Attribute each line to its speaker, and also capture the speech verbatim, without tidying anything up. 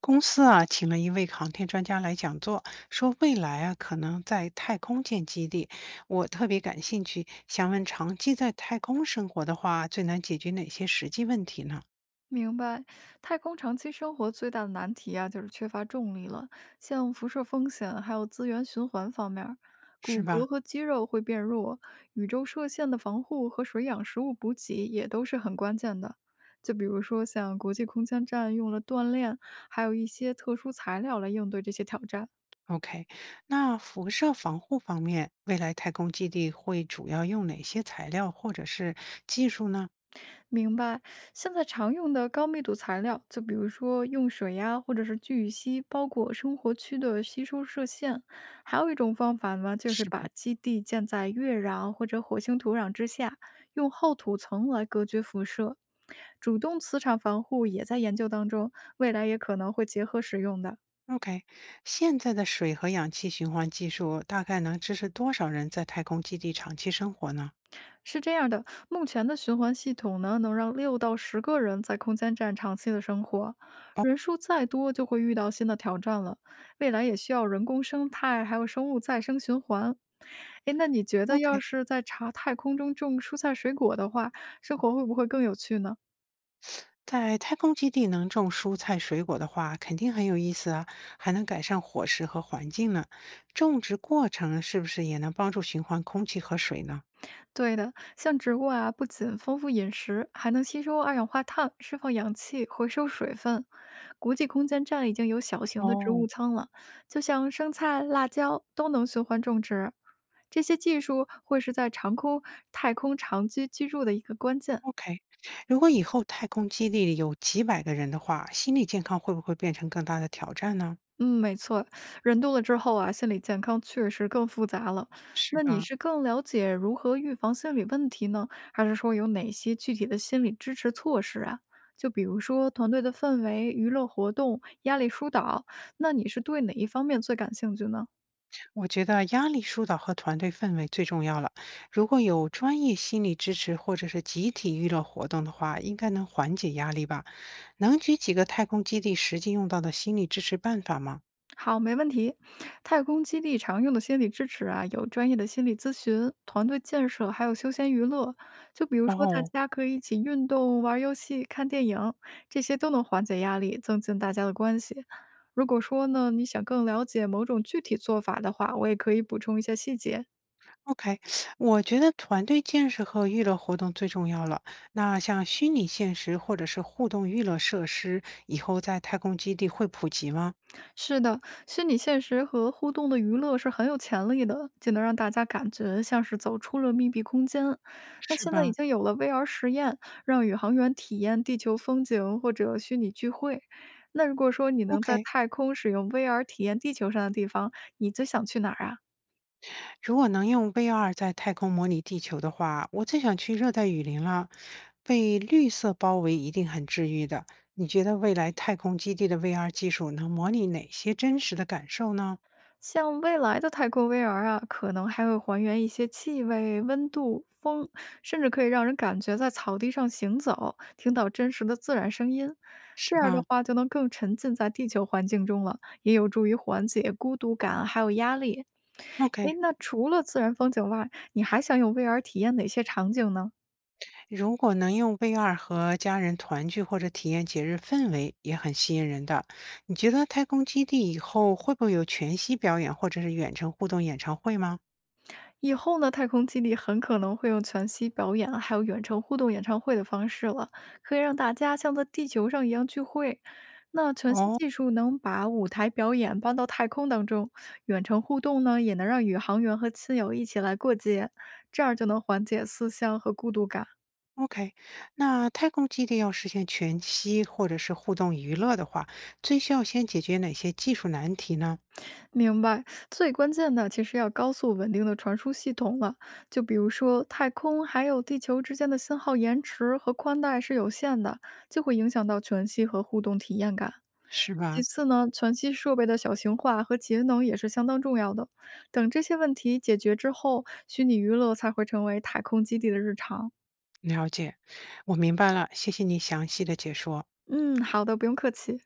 Speaker 1: 公司啊，请了一位航天专家来讲座，说未来啊可能在太空建基地。我特别感兴趣，想问长期在太空生活的话，最难解决哪些实际问题呢？
Speaker 2: 明白，太空长期生活最大的难题啊，就是缺乏重力了，像辐射风险还有资源循环方面儿
Speaker 1: 是
Speaker 2: 骨
Speaker 1: 吧
Speaker 2: 骼和肌肉会变弱，宇宙射线的防护和水养食物补给也都是很关键的。就比如说像国际空间站用了锻炼，还有一些特殊材料来应对这些挑战。
Speaker 1: ？OK，那辐射防护方面，未来太空基地会主要用哪些材料或者是技术呢？
Speaker 2: 明白。现在常用的高密度材料，就比如说用水呀，或者是聚乙烯包裹生活区的吸收射线。还有一种方法呢，就是
Speaker 1: 是吧
Speaker 2: 把基地建在月壤或者火星土壤之下，用厚土层来隔绝辐射。主动磁场防护也在研究当中，未来也可能会结合使用的。
Speaker 1: ？OK，现在的水和氧气循环技术大概能支持多少人在太空基地长期生活呢
Speaker 2: 是这样的，目前的循环系统呢，能让六到十个人在空间站长期的生活，人数再多就会遇到新的挑战了。未来也需要人工生态，还有生物再生循环。诶，那你觉得要
Speaker 1: ？OK，
Speaker 2: 是在茶太空中种蔬菜水果的话，生活会不会更有趣呢？
Speaker 1: 在太空基地能种蔬菜水果的话，肯定很有意思啊，还能改善伙食和环境呢。种植过程是不是也能帮助循环空气和水呢？
Speaker 2: 对的，像植物啊，不仅丰富饮食，还能吸收二氧化碳，释放氧气，回收水分。国际空间站已经有小型的植
Speaker 1: 哦，
Speaker 2: 物仓了，就像生菜、辣椒都能循环种植。这些技术会是在长空太空长期居住的一个关键。
Speaker 1: ？OK，如果以后太空基地里有几百个人的话，心理健康会不会变成更大的挑战呢？
Speaker 2: 嗯，没错，人多了之后啊，心理健康确实更复杂了。
Speaker 1: 是
Speaker 2: 那你
Speaker 1: 吧？
Speaker 2: 是更了解如何预防心理问题呢，还是说有哪些具体的心理支持措施啊？就比如说团队的氛围、娱乐活动、压力疏导，那你是对哪一方面最感兴趣呢？
Speaker 1: 我觉得压力疏导和团队氛围最重要了。如果有专业心理支持或者是集体娱乐活动的话，应该能缓解压力吧？能举几个太空基地实际用到的心理支持办法吗？
Speaker 2: 好，没问题。太空基地常用的心理支持啊，有专业的心理咨询、团队建设，还有休闲娱乐。就比如说，大
Speaker 1: 哦
Speaker 2: 家可以一起运动、玩儿游戏、看电影，这些都能缓解压力，增进大家的关系。如果说呢，你想更了解某种具体做法的话，我也可以补充一下细节。
Speaker 1: ，OK，我觉得团队建设和娱乐活动最重要了。那像虚拟现实或者是互动娱乐设施，以后在太空基地会普及吗？
Speaker 2: 是的，虚拟现实和互动的娱乐是很有潜力的，就能让大家感觉像是走出了密闭空间。那
Speaker 1: 是
Speaker 2: 现在已
Speaker 1: 吧
Speaker 2: 经有了 V R 实验，让宇航员体验地球风景或者虚拟聚会。那如果说你能在
Speaker 1: ？OK，
Speaker 2: 太空使用 V R 体验地球上的地方，你最想去哪儿啊？
Speaker 1: 如果能用 V R 在太空模拟地球的话，我最想去热带雨林了。被绿色包围一定很治愈的。你觉得未来太空基地的 V R 技术能模拟哪些真实的感受呢？
Speaker 2: 像未来的太空 V R 啊，可能还会还原一些气味、温度、风，甚至可以让人感觉在草地上行走，听到真实的自然声音。
Speaker 1: 是
Speaker 2: 这样的
Speaker 1: 吧
Speaker 2: 话，就能更沉浸在地球环境中了，也有助于缓解孤独感还有压力。诶，
Speaker 1: ？OK，
Speaker 2: 那除了自然风景外，你还想用 V R 体验哪些场景呢？
Speaker 1: 如果能用 V R 和家人团聚或者体验节日氛围，也很吸引人的。你觉得太空基地以后会不会有全息表演或者是远程互动演唱会吗？
Speaker 2: 以后呢，太空基地很可能会用全息表演，还有远程互动演唱会的方式了，可以让大家像在地球上一样聚会。那全息
Speaker 1: 哦，
Speaker 2: 技术能把舞台表演搬到太空当中，远程互动呢，也能让宇航员和亲友一起来过节，这样就能缓解思乡和孤独感。
Speaker 1: OK，那太空基地要实现全息或者是互动娱乐的话，最需要先解决哪些技术难题呢？
Speaker 2: 明白，最关键的其实要高速稳定的传输系统了。就比如说，太空还有地球之间的信号延迟和宽带是有限的，就会影响到全息和互动体验感。
Speaker 1: 是
Speaker 2: 其
Speaker 1: 吧？
Speaker 2: 次呢，全息设备的小型化和节能也是相当重要的。等这些问题解决之后，虚拟娱乐才会成为太空基地的日常。
Speaker 1: 了解，我明白了，谢谢你详细的解说。
Speaker 2: 嗯，好的，不用客气。